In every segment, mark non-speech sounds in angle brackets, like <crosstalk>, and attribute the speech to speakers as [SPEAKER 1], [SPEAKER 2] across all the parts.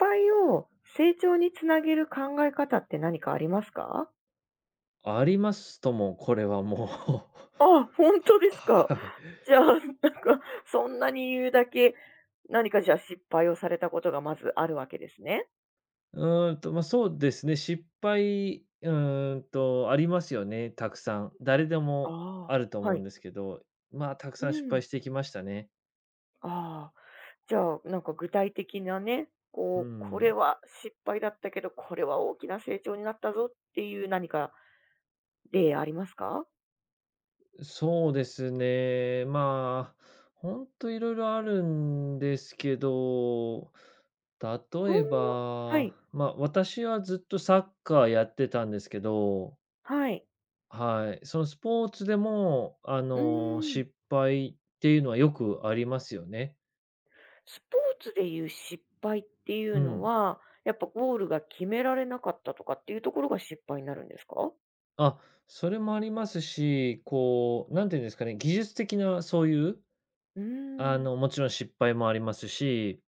[SPEAKER 1] 敗を成長につなげる考え方って何かありますか？
[SPEAKER 2] ありますとも、これはもう。
[SPEAKER 1] あ、本当です
[SPEAKER 2] <laughs>
[SPEAKER 1] か。
[SPEAKER 2] はい。<laughs>
[SPEAKER 1] じゃあ、なんか、そんなに言うだけ、何かじゃあ失敗をされたことがまずあるわけですね。
[SPEAKER 2] そうですね、失敗、ありますよね、たくさん。誰でも
[SPEAKER 1] あ
[SPEAKER 2] あると
[SPEAKER 1] あ、
[SPEAKER 2] 思
[SPEAKER 1] は
[SPEAKER 2] うん
[SPEAKER 1] い。
[SPEAKER 2] ですけど、まあ、たく
[SPEAKER 1] う
[SPEAKER 2] さん失
[SPEAKER 1] ん。
[SPEAKER 2] 敗してきましたね。
[SPEAKER 1] ああ、じゃあ、なんか具体的なね、
[SPEAKER 2] う
[SPEAKER 1] こう、これ
[SPEAKER 2] ん。
[SPEAKER 1] は失敗だったけど、これは大きな成長になったぞっていう何か例ありますか？
[SPEAKER 2] そうですね、まあ、ほんといろいろあるんですけど、
[SPEAKER 1] そん
[SPEAKER 2] 例え
[SPEAKER 1] なは
[SPEAKER 2] ば、
[SPEAKER 1] い、
[SPEAKER 2] まあ、私はずっとサッカーやってたんですけど、
[SPEAKER 1] はい。
[SPEAKER 2] はい。そのスポーツでも、
[SPEAKER 1] うーん。
[SPEAKER 2] 失敗っていうのはよくありますよね。
[SPEAKER 1] スポーツでいう失敗っていう
[SPEAKER 2] う
[SPEAKER 1] の
[SPEAKER 2] ん。
[SPEAKER 1] は、やっぱゴールが決められなかったとかっていうところが失敗になるんですか？
[SPEAKER 2] あ、それもありますし、こう、なんていうんですかね、技術的なそういう、
[SPEAKER 1] うーん。
[SPEAKER 2] もちろん失敗もありますし、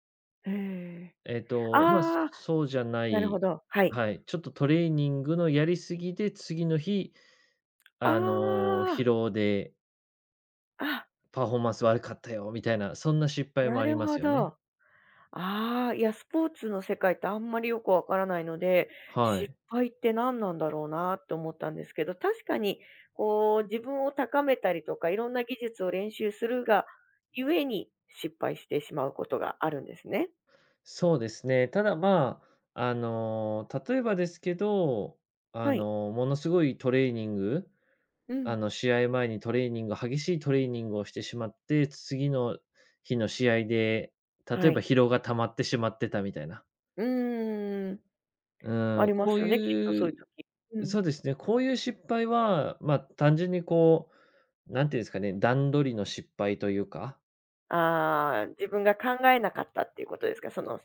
[SPEAKER 1] へえ。
[SPEAKER 2] まあ、
[SPEAKER 1] ああ、
[SPEAKER 2] そうじゃな
[SPEAKER 1] なるほ
[SPEAKER 2] い、
[SPEAKER 1] ど、はい。
[SPEAKER 2] はい、ちょっとトレーニングのやりすぎで、次の日、
[SPEAKER 1] ああ、
[SPEAKER 2] 疲労で
[SPEAKER 1] あ、
[SPEAKER 2] パフォーマンス悪かったよみたいな、そんな失敗も
[SPEAKER 1] な
[SPEAKER 2] あり
[SPEAKER 1] る
[SPEAKER 2] ま
[SPEAKER 1] ほ
[SPEAKER 2] すよね。
[SPEAKER 1] ど。ああ、いや、スポーツの世界ってあんまりよくわからないので、
[SPEAKER 2] は
[SPEAKER 1] 失
[SPEAKER 2] い。
[SPEAKER 1] 敗って何なんだろうなって思ったんですけど、確かにこう自分を高めたりとか、いろんな技術を練習するがゆえに、失敗してしまうことがあるんですね。
[SPEAKER 2] そうですね。ただ、まあ、例えばですけど、
[SPEAKER 1] はい。
[SPEAKER 2] ものすごいトレーニング、
[SPEAKER 1] うん。
[SPEAKER 2] 試合前にトレーニング激しいトレーニングをしてしまって、次の日の試合で、例え
[SPEAKER 1] は
[SPEAKER 2] ば
[SPEAKER 1] い。
[SPEAKER 2] 疲労が溜まってしまってたみたいな。
[SPEAKER 1] うーん。
[SPEAKER 2] う
[SPEAKER 1] あ
[SPEAKER 2] ん、
[SPEAKER 1] りま
[SPEAKER 2] こ
[SPEAKER 1] す
[SPEAKER 2] う
[SPEAKER 1] よね、きっとそう
[SPEAKER 2] い
[SPEAKER 1] い
[SPEAKER 2] う
[SPEAKER 1] う時。うん。
[SPEAKER 2] そうですね、こういう失敗は、まあ、単純にこう、なんていうんですかね、段取りの失敗というか、
[SPEAKER 1] ああ、自分が考えなかったっていうことですか？その、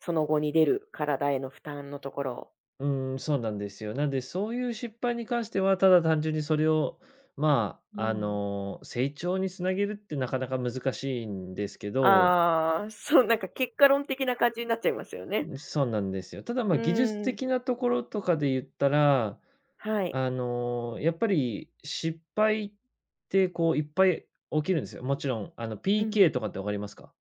[SPEAKER 1] その後に出る体への負担のところを。
[SPEAKER 2] うーん、そうなんですよ。なんで、そういう失敗に関しては、ただ単純にそれを、ま
[SPEAKER 1] う
[SPEAKER 2] あ、
[SPEAKER 1] ん。
[SPEAKER 2] 成長につなげるってなかなか難しいんですけど、
[SPEAKER 1] ああ、そう、なんか結果論的な感じになっちゃいますよね。
[SPEAKER 2] そうなんですよ。ただ、ま
[SPEAKER 1] う
[SPEAKER 2] あ、技術
[SPEAKER 1] ーん、
[SPEAKER 2] 的なところとかで言ったら、
[SPEAKER 1] はい。
[SPEAKER 2] やっぱり失敗って、こう、いっぱい起きるんですよ。もちろん、
[SPEAKER 1] うん。
[SPEAKER 2] PK とかって分かりますか？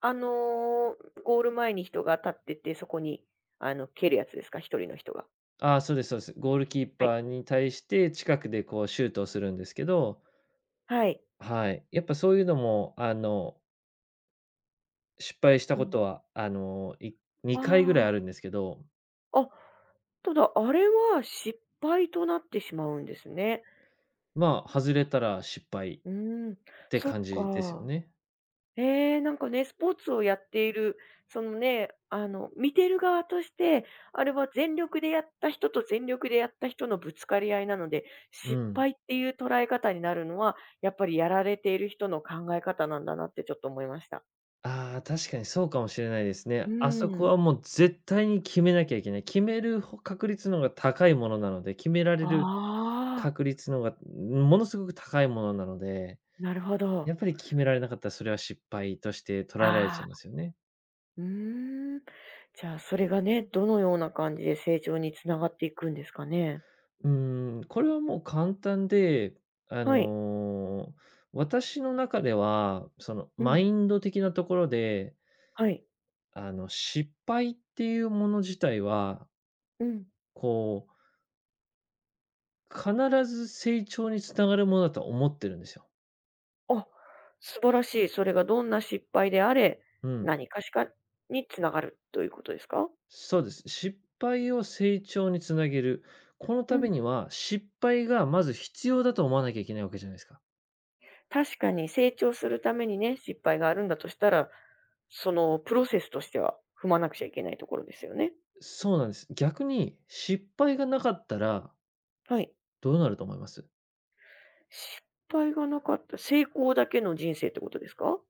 [SPEAKER 1] あの、ゴール前に人が立ってて、そこに、蹴るやつですか一人の人が。
[SPEAKER 2] ああ、そうですそうです。ゴールキー
[SPEAKER 1] はい。
[SPEAKER 2] パーに対して近くでこうシュートをするんですけど、
[SPEAKER 1] はい。
[SPEAKER 2] はい。やっぱそういうのも、失敗した
[SPEAKER 1] う
[SPEAKER 2] こ
[SPEAKER 1] ん。
[SPEAKER 2] とは、
[SPEAKER 1] あ
[SPEAKER 2] 2回ぐらいある
[SPEAKER 1] あ。
[SPEAKER 2] んですけど、
[SPEAKER 1] あ、ただ、あれは失敗となってしまうんですね。
[SPEAKER 2] まあ、外れたら失敗
[SPEAKER 1] うーん、
[SPEAKER 2] って
[SPEAKER 1] そっ
[SPEAKER 2] 感じですよ
[SPEAKER 1] か。
[SPEAKER 2] ね。
[SPEAKER 1] ええ、なんかね、スポーツをやっている、そのね、あの、見てる側として、あれは全力でやった人と全力でやった人のぶつかり合いなので、
[SPEAKER 2] う
[SPEAKER 1] 失
[SPEAKER 2] ん。
[SPEAKER 1] 敗っていう捉え方になるのは、やっぱりやられている人の考え方なんだなってちょっと思いました。
[SPEAKER 2] ああ、確かにそうかもしれないです
[SPEAKER 1] う
[SPEAKER 2] ね。あそこ
[SPEAKER 1] ーん。
[SPEAKER 2] はもう絶対に決めなきゃいけない。決めるほ確率の方が高いものなので、決められる
[SPEAKER 1] ああ、
[SPEAKER 2] 確率の方が、ものすごく高いものなので、
[SPEAKER 1] なるほど。
[SPEAKER 2] やっぱり決められなかったら、それは失敗として捉えられち
[SPEAKER 1] あ
[SPEAKER 2] ゃいま
[SPEAKER 1] あ。
[SPEAKER 2] すよね。
[SPEAKER 1] うーん。じゃあ、それがね、どのような感じで成長につながっていくんですかね。
[SPEAKER 2] うーん、これはもう簡単で、あ
[SPEAKER 1] はい。
[SPEAKER 2] の、私の中では、その、
[SPEAKER 1] う
[SPEAKER 2] マ
[SPEAKER 1] ん。
[SPEAKER 2] インド的なところで、
[SPEAKER 1] はい。
[SPEAKER 2] 失敗っていうもの自体は、
[SPEAKER 1] うん。
[SPEAKER 2] こう、必ず成長につながるものだと思ってるんですよ。
[SPEAKER 1] あ、素晴らしい。それがどんな失敗であれ、
[SPEAKER 2] うん。
[SPEAKER 1] 何かしかにつながるということですか。
[SPEAKER 2] そうです。失敗を成長につなげる。この
[SPEAKER 1] う
[SPEAKER 2] た
[SPEAKER 1] ん。
[SPEAKER 2] めには、失敗がまず必要だと思わなきゃいけないわけじゃないですか。
[SPEAKER 1] 確かに成長するためにね、失敗があるんだとしたら、そのプロセスとしては踏まなくちゃいけないところですよね。
[SPEAKER 2] そうなんです。逆に、失敗がなかったら、
[SPEAKER 1] はい。
[SPEAKER 2] どうなると思います？
[SPEAKER 1] 失敗がなかった、成功だけの人生ってことですか。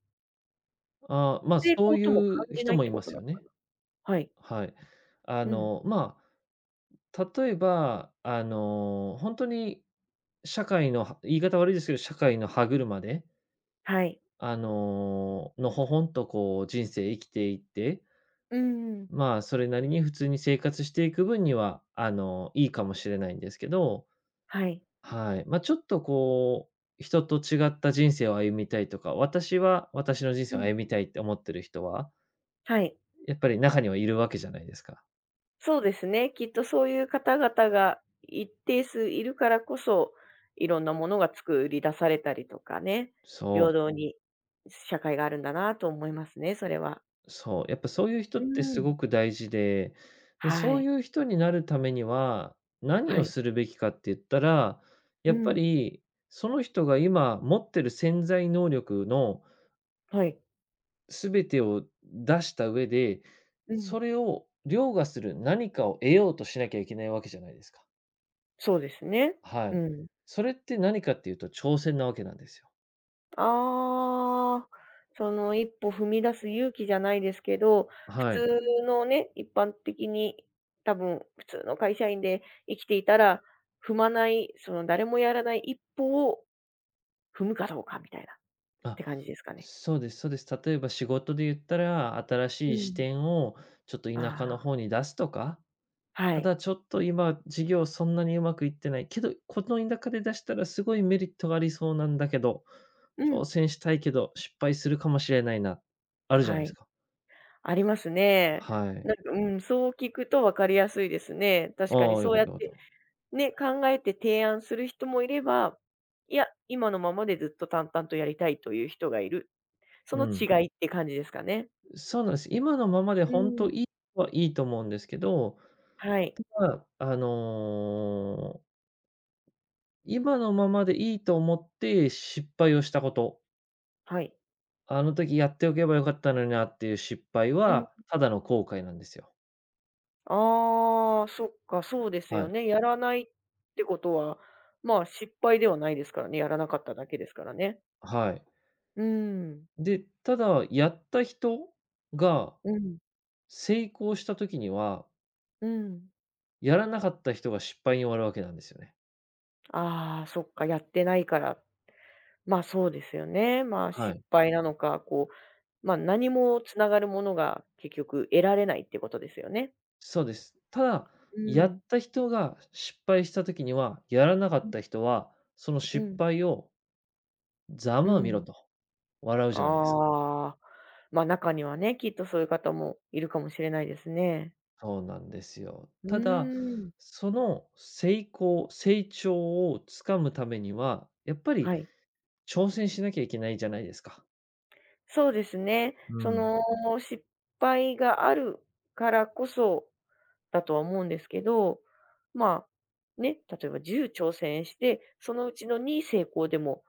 [SPEAKER 2] ああ、まあ、
[SPEAKER 1] 成
[SPEAKER 2] そう
[SPEAKER 1] 功
[SPEAKER 2] い
[SPEAKER 1] とも感
[SPEAKER 2] う
[SPEAKER 1] じな
[SPEAKER 2] 人
[SPEAKER 1] いっ
[SPEAKER 2] も
[SPEAKER 1] て
[SPEAKER 2] い
[SPEAKER 1] こ
[SPEAKER 2] ま
[SPEAKER 1] とな
[SPEAKER 2] す
[SPEAKER 1] の
[SPEAKER 2] よ
[SPEAKER 1] か
[SPEAKER 2] ね。
[SPEAKER 1] な。はい。
[SPEAKER 2] はい。
[SPEAKER 1] うん。
[SPEAKER 2] まあ、例えば、本当に社会のは言い方悪いですけど、社会の歯車で、
[SPEAKER 1] はい。
[SPEAKER 2] のほほんとこう人生生きていって、
[SPEAKER 1] うんうん。
[SPEAKER 2] まあ、それなりに普通に生活していく分には、いいかもしれないんですけど、
[SPEAKER 1] はい。
[SPEAKER 2] はい。まあ、ちょっとこう、人と違った人生を歩みたいとか、私は私の人
[SPEAKER 1] う
[SPEAKER 2] 生を
[SPEAKER 1] ん。
[SPEAKER 2] 歩みたいって思ってる人は、
[SPEAKER 1] はい。
[SPEAKER 2] やっぱり中にはいるわけじゃないですか。
[SPEAKER 1] そうですね。きっとそういう方々が一定数いるからこそ、いろんなものが作り出されたりとかね、平
[SPEAKER 2] そう。
[SPEAKER 1] 等に社会があるんだなと思いますね、それは。
[SPEAKER 2] そう、やっぱそういう人
[SPEAKER 1] う
[SPEAKER 2] ってす
[SPEAKER 1] ん。
[SPEAKER 2] ごく大事で、で、
[SPEAKER 1] は
[SPEAKER 2] そうい
[SPEAKER 1] い。
[SPEAKER 2] う人になるためには、何
[SPEAKER 1] は
[SPEAKER 2] を
[SPEAKER 1] い。
[SPEAKER 2] するべきかって言ったら、
[SPEAKER 1] う
[SPEAKER 2] やっぱ
[SPEAKER 1] ん。
[SPEAKER 2] りその人が今持ってる潜在能力の
[SPEAKER 1] はい。
[SPEAKER 2] 全てを出した上で、
[SPEAKER 1] うん。
[SPEAKER 2] それを凌駕する何かを得ようとしなきゃいけないわけじゃないですか。
[SPEAKER 1] そうですね。
[SPEAKER 2] は
[SPEAKER 1] う
[SPEAKER 2] い。
[SPEAKER 1] ん。
[SPEAKER 2] それって何かっていうと挑戦なわけなんですよ。
[SPEAKER 1] ああ、その一歩踏み出す勇気じゃないですけど、普
[SPEAKER 2] はい。
[SPEAKER 1] 通のね、一般的に多分普通の会社員で生きていたら、踏まない、その誰もやらない一歩を踏むかどうかみたいなっ
[SPEAKER 2] あ、
[SPEAKER 1] て感じですかね。
[SPEAKER 2] そうですそうです。例えば仕事で言ったら、新
[SPEAKER 1] う
[SPEAKER 2] しい視
[SPEAKER 1] ん。
[SPEAKER 2] 点をちょっと田舎
[SPEAKER 1] あ
[SPEAKER 2] の方に出すとか、
[SPEAKER 1] あ、は
[SPEAKER 2] た
[SPEAKER 1] い。
[SPEAKER 2] だちょっと今事業そんなにうまくいってない。けど、この田舎で出したらすごいメリットがありそうなんだけど、
[SPEAKER 1] うん、
[SPEAKER 2] 挑戦したいけど、失敗するかもしれないな、あるじゃ
[SPEAKER 1] は
[SPEAKER 2] ないです
[SPEAKER 1] い。
[SPEAKER 2] か。
[SPEAKER 1] ありますね。
[SPEAKER 2] はい。
[SPEAKER 1] なんか、うん、そう聞くと分かりやすいですね。確かに
[SPEAKER 2] ああ、よ
[SPEAKER 1] そう
[SPEAKER 2] かっ
[SPEAKER 1] やっ
[SPEAKER 2] たよかっ
[SPEAKER 1] て
[SPEAKER 2] た。
[SPEAKER 1] ね、考えて提案する人もいれば、いや、今のままでずっと淡々とやりたいという人がいる。そ
[SPEAKER 2] う
[SPEAKER 1] の違
[SPEAKER 2] ん。
[SPEAKER 1] いって感じですかね。
[SPEAKER 2] そうなんです。今のままで
[SPEAKER 1] う
[SPEAKER 2] 本当
[SPEAKER 1] ん。
[SPEAKER 2] いいはいいと思うんですけど、
[SPEAKER 1] はい、
[SPEAKER 2] ただ、今のままでいいと思って失敗をしたこと、
[SPEAKER 1] はい。
[SPEAKER 2] あの時やっておけばよかったのになっていう失敗
[SPEAKER 1] うん。
[SPEAKER 2] は、ただの後悔なんですよ。
[SPEAKER 1] ああ、そっか、そうです
[SPEAKER 2] は
[SPEAKER 1] よ
[SPEAKER 2] い。
[SPEAKER 1] ね。やらないってことは、まあ、失敗ではないですからね。やらなかっただけですからね。
[SPEAKER 2] はい。
[SPEAKER 1] うーん。
[SPEAKER 2] で、ただ、やった人が
[SPEAKER 1] うん、
[SPEAKER 2] 成功した時には、
[SPEAKER 1] うん。
[SPEAKER 2] やらなかった人が失敗に終わるわけなんですよね。
[SPEAKER 1] ああ、そっか、やってないからま、あそうですよね。まあ、
[SPEAKER 2] は
[SPEAKER 1] 失
[SPEAKER 2] い。
[SPEAKER 1] 敗なのか、こう、ま、何もつながるものが結局得られないってことですよね。
[SPEAKER 2] そうです。ただ、
[SPEAKER 1] う
[SPEAKER 2] やっ
[SPEAKER 1] ん。
[SPEAKER 2] た人が失敗した時には、やらなかった人は、その
[SPEAKER 1] う
[SPEAKER 2] 失
[SPEAKER 1] ん。
[SPEAKER 2] 敗をざ
[SPEAKER 1] う
[SPEAKER 2] まあみろ
[SPEAKER 1] ん。
[SPEAKER 2] と笑うじゃないですか。
[SPEAKER 1] ああ。ま、中にはね、きっとそういう方もいるかもしれないですね。
[SPEAKER 2] そうなんですよ。
[SPEAKER 1] う
[SPEAKER 2] ただ、
[SPEAKER 1] ーん。
[SPEAKER 2] その成長をつかむためには、やっぱ
[SPEAKER 1] は
[SPEAKER 2] り
[SPEAKER 1] い。
[SPEAKER 2] 挑戦しなきゃいけないじゃないですか。
[SPEAKER 1] そうですね。
[SPEAKER 2] う
[SPEAKER 1] そ
[SPEAKER 2] ん。
[SPEAKER 1] の、失敗があるからこそだとは思うんですけど、まあ、ね、例えば10挑戦して、そのうちの2成功でも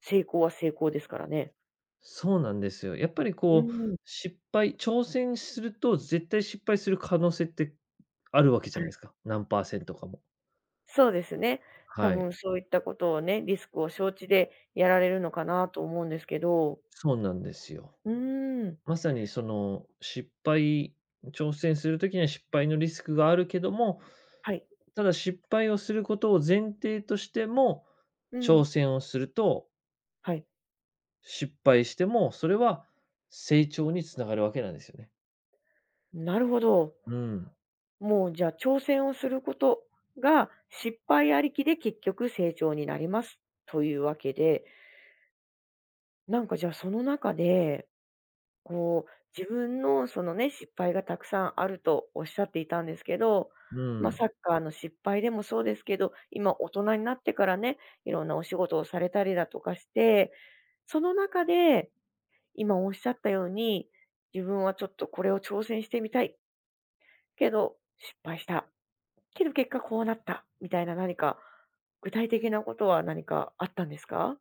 [SPEAKER 1] 成功は成功ですからね。
[SPEAKER 2] そうなんですよ。やっぱり
[SPEAKER 1] う
[SPEAKER 2] こう、
[SPEAKER 1] ん。
[SPEAKER 2] 挑戦すると絶対失敗する可能性ってあるわけじ
[SPEAKER 1] は
[SPEAKER 2] ゃな
[SPEAKER 1] い。
[SPEAKER 2] いですか。何パーセントかも。
[SPEAKER 1] そうですね。多
[SPEAKER 2] はい。
[SPEAKER 1] 分そういったことをね、リスクを承知でやられるのかなと思うんですけど。
[SPEAKER 2] そうなんですよ。
[SPEAKER 1] うーん。
[SPEAKER 2] まさにその挑戦するときには失敗のリスクがあるけども、
[SPEAKER 1] はい。
[SPEAKER 2] ただ失敗をすることを前提としても、
[SPEAKER 1] うん。
[SPEAKER 2] 挑戦をすると、
[SPEAKER 1] はい。
[SPEAKER 2] 失敗しても、それは成長につながるわけなんですよね。
[SPEAKER 1] なるほど。
[SPEAKER 2] うん、
[SPEAKER 1] もうじゃあ挑戦をすることが、失敗ありきで結局成長になりますというわけで、なんかじゃあその中でこう、自分のそのね、失敗がたくさんあるとおっしゃっていたんですけど、
[SPEAKER 2] う
[SPEAKER 1] まあ、サ
[SPEAKER 2] ん。
[SPEAKER 1] ッカーの失敗でもそうですけど、今大人になってからね、いろんなお仕事をされたりだとかして、その中で、今おっしゃったように、自分はちょっとこれを挑戦してみたい、けど失敗した、けど結果こうなった、みたいな何か、具体的なことは何かあったんですか？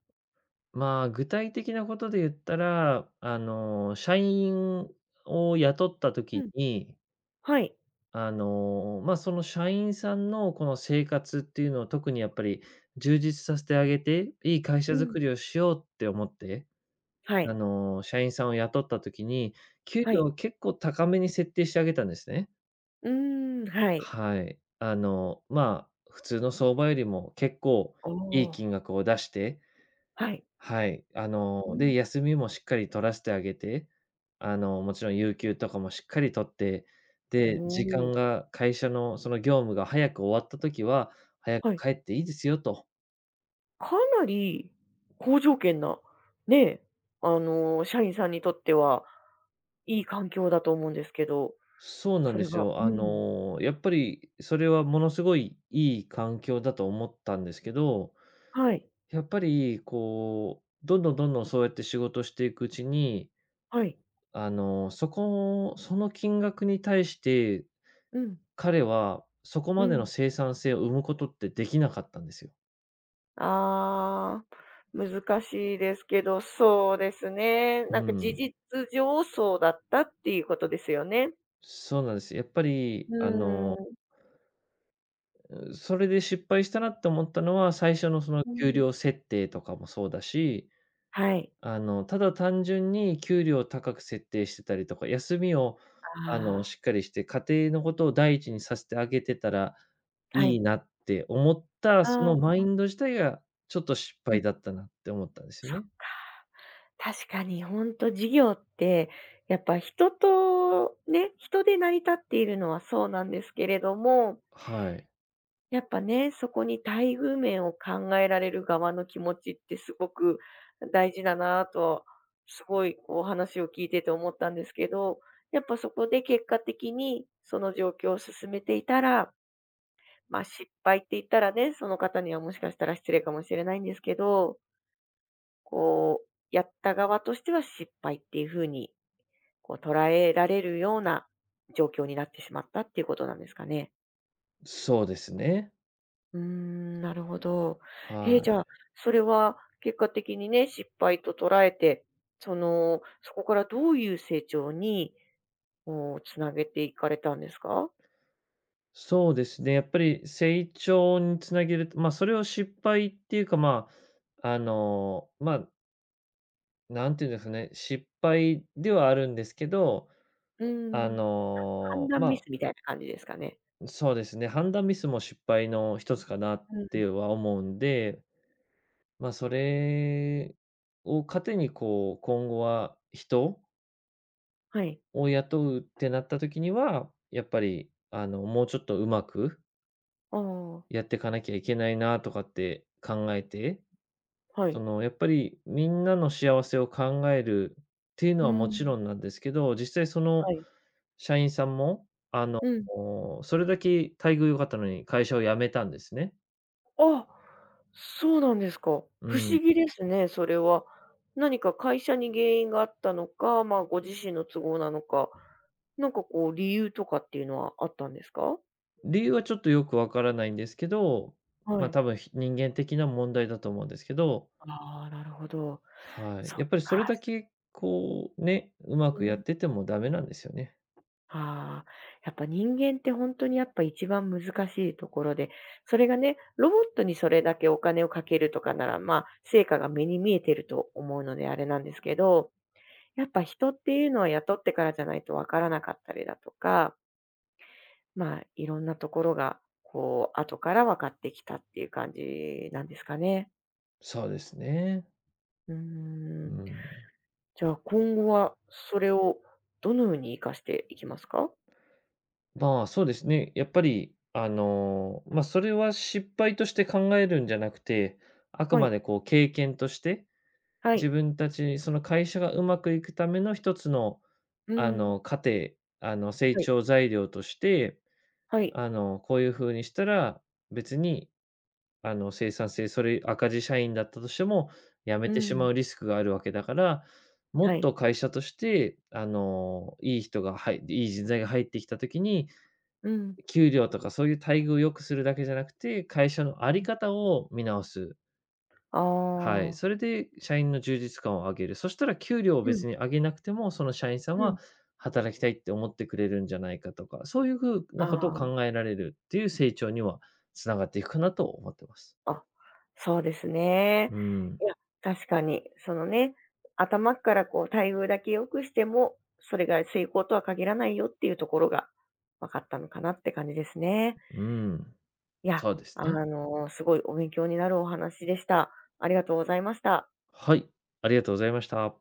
[SPEAKER 2] まあ、具体的なことで言ったら、社員を雇った
[SPEAKER 1] う
[SPEAKER 2] 時
[SPEAKER 1] ん。
[SPEAKER 2] に、
[SPEAKER 1] はい。
[SPEAKER 2] まあ、その社員さんのこの生活っていうのを特にやっぱり充実させてあげて、いい会社
[SPEAKER 1] う
[SPEAKER 2] づ
[SPEAKER 1] ん。
[SPEAKER 2] くりをしようって思って、
[SPEAKER 1] はい。
[SPEAKER 2] 社員さんを雇った時に、給
[SPEAKER 1] は
[SPEAKER 2] 料
[SPEAKER 1] い。
[SPEAKER 2] を結構高めに設定してあげたんですね。
[SPEAKER 1] うーん、はい。
[SPEAKER 2] はい。まあ、普通の相場よりも結構
[SPEAKER 1] お
[SPEAKER 2] いい
[SPEAKER 1] お、
[SPEAKER 2] 金額を出して、
[SPEAKER 1] はい。
[SPEAKER 2] はい。あ
[SPEAKER 1] う
[SPEAKER 2] の、
[SPEAKER 1] ん、
[SPEAKER 2] で、休みもしっかり取らせてあげて、もちろん有給とかもしっかり取って、
[SPEAKER 1] お
[SPEAKER 2] で、時間
[SPEAKER 1] お、
[SPEAKER 2] が会社のその業務が早く終わった時は、早く
[SPEAKER 1] はい。
[SPEAKER 2] 帰っていいですよと。
[SPEAKER 1] かなり好条件な、ね、あの、社員さんにとってはいい環境だと思うんですけど、
[SPEAKER 2] そうな
[SPEAKER 1] そ
[SPEAKER 2] んで
[SPEAKER 1] れ
[SPEAKER 2] す
[SPEAKER 1] が
[SPEAKER 2] よ。
[SPEAKER 1] うん、
[SPEAKER 2] やっぱりそれはものすごいいい環境だと思ったんですけど、
[SPEAKER 1] はい、
[SPEAKER 2] やっぱりこう、どんどんどんどんそうやって仕事していくうちに、
[SPEAKER 1] はい、
[SPEAKER 2] そこその金額に対して、
[SPEAKER 1] うん、
[SPEAKER 2] 彼はそこ
[SPEAKER 1] う
[SPEAKER 2] までの
[SPEAKER 1] ん。
[SPEAKER 2] 生産性を生むことってできなかったんですよ。
[SPEAKER 1] ああ、難しいですけど、そうですね。なん
[SPEAKER 2] う
[SPEAKER 1] か事
[SPEAKER 2] ん。
[SPEAKER 1] 実上そうだったっていうことですよね。
[SPEAKER 2] そうなんです。やっぱり、
[SPEAKER 1] うん、
[SPEAKER 2] それで失敗したなって思ったのは、最初のその
[SPEAKER 1] う
[SPEAKER 2] 給
[SPEAKER 1] ん。
[SPEAKER 2] 料設定とかもそうだし、
[SPEAKER 1] はい。
[SPEAKER 2] ただ単純に給料を高く設定してたりとか、休みを、
[SPEAKER 1] ああ、
[SPEAKER 2] しっかりして、家庭のことを第一にさせてあげてたら
[SPEAKER 1] は
[SPEAKER 2] いい
[SPEAKER 1] い。
[SPEAKER 2] なって思った、そ
[SPEAKER 1] あ
[SPEAKER 2] の
[SPEAKER 1] あ、
[SPEAKER 2] マインド自体がちょっと失
[SPEAKER 1] う
[SPEAKER 2] 敗
[SPEAKER 1] ん。
[SPEAKER 2] だったなって思ったんですよね。
[SPEAKER 1] 確かに、本当事業って、やっぱ人とね、人で成り立っているのはそうなんですけれども、
[SPEAKER 2] はい。
[SPEAKER 1] やっぱね、そこに待遇面を考えられる側の気持ちってすごく大事だなぁと、すごいこう話を聞いてて思ったんですけど、やっぱそこで結果的にその状況を進めていたら、まあ、失敗って言ったらね、その方にはもしかしたら失礼かもしれないんですけど、こう、やった側としては失敗っていうふうにこう捉えられるような状況になってしまったっていうことなんですかね。
[SPEAKER 2] そうですね。
[SPEAKER 1] うーん、なるほど。
[SPEAKER 2] は
[SPEAKER 1] じゃあ、
[SPEAKER 2] い。
[SPEAKER 1] それは結果的にね、失敗と捉えて、その、そこからどういう成長に、こう繋げていかれたんですか？
[SPEAKER 2] そうですね。やっぱり成長につなげると、まあ、それを失敗っていうか、まあ、なんていうんですかね、失敗ではあるんですけど、
[SPEAKER 1] うー
[SPEAKER 2] あ
[SPEAKER 1] ん。判
[SPEAKER 2] の、
[SPEAKER 1] 断
[SPEAKER 2] ま
[SPEAKER 1] ミ
[SPEAKER 2] あ
[SPEAKER 1] スみたいな感じですかね？
[SPEAKER 2] そうですね、判断ミスも失敗の一つかなっ
[SPEAKER 1] うん。
[SPEAKER 2] ては思うんで、まあ、それを糧にこう、今後は人
[SPEAKER 1] はい。
[SPEAKER 2] を雇うってなった時には、やっぱりもうちょっとうまく
[SPEAKER 1] ああ、
[SPEAKER 2] やっていかなきゃいけないなとかって考えて、
[SPEAKER 1] は
[SPEAKER 2] そ
[SPEAKER 1] い。
[SPEAKER 2] の、やっぱりみんなの幸せを考えるっていうの
[SPEAKER 1] う
[SPEAKER 2] はもち
[SPEAKER 1] ん。
[SPEAKER 2] ろんなんですけど、実際その
[SPEAKER 1] はい。
[SPEAKER 2] 社員さんも、あの、
[SPEAKER 1] うん。
[SPEAKER 2] それだけ待遇良かったのに会社を辞めたんですね。
[SPEAKER 1] あ、そうなんですか。
[SPEAKER 2] う
[SPEAKER 1] 不
[SPEAKER 2] ん。
[SPEAKER 1] 思議ですね、それは。何か会社に原因があったのか、まあ、ご自身の都合なのか、なんかこう理由とかっていうのはあったんですか？
[SPEAKER 2] 理由はちょっとよくわからないんですけど、
[SPEAKER 1] は
[SPEAKER 2] まあ、
[SPEAKER 1] い。
[SPEAKER 2] 多分人間的な問題だと思うんですけど、
[SPEAKER 1] ああ、なるほど。
[SPEAKER 2] はい。
[SPEAKER 1] そっ
[SPEAKER 2] やっぱりそ
[SPEAKER 1] か。
[SPEAKER 2] れだけこうね、うま
[SPEAKER 1] う
[SPEAKER 2] くや
[SPEAKER 1] ん。
[SPEAKER 2] っててもダメなんですよね。
[SPEAKER 1] ああ、やっぱ人間って本当にやっぱ一番難しいところで、それがね、ロボットにそれだけお金をかけるとかなら、まあ、成果が目に見えてると思うのであれなんですけどやっぱ人っていうのは雇ってからじゃないとわからなかったりだとか、まあ、いろんなところが、こう、後から分かってきたっていう感じなんですかね。
[SPEAKER 2] そうですね。
[SPEAKER 1] うー
[SPEAKER 2] う
[SPEAKER 1] ん。
[SPEAKER 2] ん。
[SPEAKER 1] じゃあ今後はそれをどのように活かしていきますか？
[SPEAKER 2] まあ、そうですね。やっぱり、あの、ま、それは失敗として考えるんじゃなくて、あく
[SPEAKER 1] は
[SPEAKER 2] ま
[SPEAKER 1] い。
[SPEAKER 2] でこう経験として、
[SPEAKER 1] は
[SPEAKER 2] 自
[SPEAKER 1] い。
[SPEAKER 2] 分たちその会社がうまくいくための一つの、
[SPEAKER 1] うん。
[SPEAKER 2] 糧、成
[SPEAKER 1] はい。
[SPEAKER 2] 長材料として、
[SPEAKER 1] はい。
[SPEAKER 2] こういう風にしたら、別に、生産性、それ赤字社員だったとしても、辞め
[SPEAKER 1] う
[SPEAKER 2] てしま
[SPEAKER 1] ん。
[SPEAKER 2] うリスクがあるわけだから、も
[SPEAKER 1] は
[SPEAKER 2] っ
[SPEAKER 1] い。
[SPEAKER 2] と会社として、いいい人材が入ってきた時に、
[SPEAKER 1] うん。
[SPEAKER 2] 給料とかそういう待遇を良くするだけじゃなくて、会社のあ
[SPEAKER 1] う
[SPEAKER 2] り
[SPEAKER 1] ん。
[SPEAKER 2] 方を見直す。
[SPEAKER 1] あ
[SPEAKER 2] はい。
[SPEAKER 1] あ。
[SPEAKER 2] それで社員の充実感を上げる。そしたら給料を
[SPEAKER 1] うん。
[SPEAKER 2] 別に上げなくても、その社員さん
[SPEAKER 1] うん。
[SPEAKER 2] は働きたいって思ってくれるんじゃないかとか、そういう風
[SPEAKER 1] あ
[SPEAKER 2] なことを
[SPEAKER 1] あ。
[SPEAKER 2] 考えられるっていう成長にはつながっていくかなと思ってます。
[SPEAKER 1] あ、そうですね。
[SPEAKER 2] うん、
[SPEAKER 1] いや、確かに、そのね、頭からこう待遇だけ良くしても、それが成功とは限らないよっていうところが分かったのかなって感じですね。
[SPEAKER 2] うん、
[SPEAKER 1] いや、
[SPEAKER 2] そうです
[SPEAKER 1] あ
[SPEAKER 2] ね。
[SPEAKER 1] の、すごいお勉強になるお話でした。ありがとうございました。
[SPEAKER 2] はい、ありがとうございました。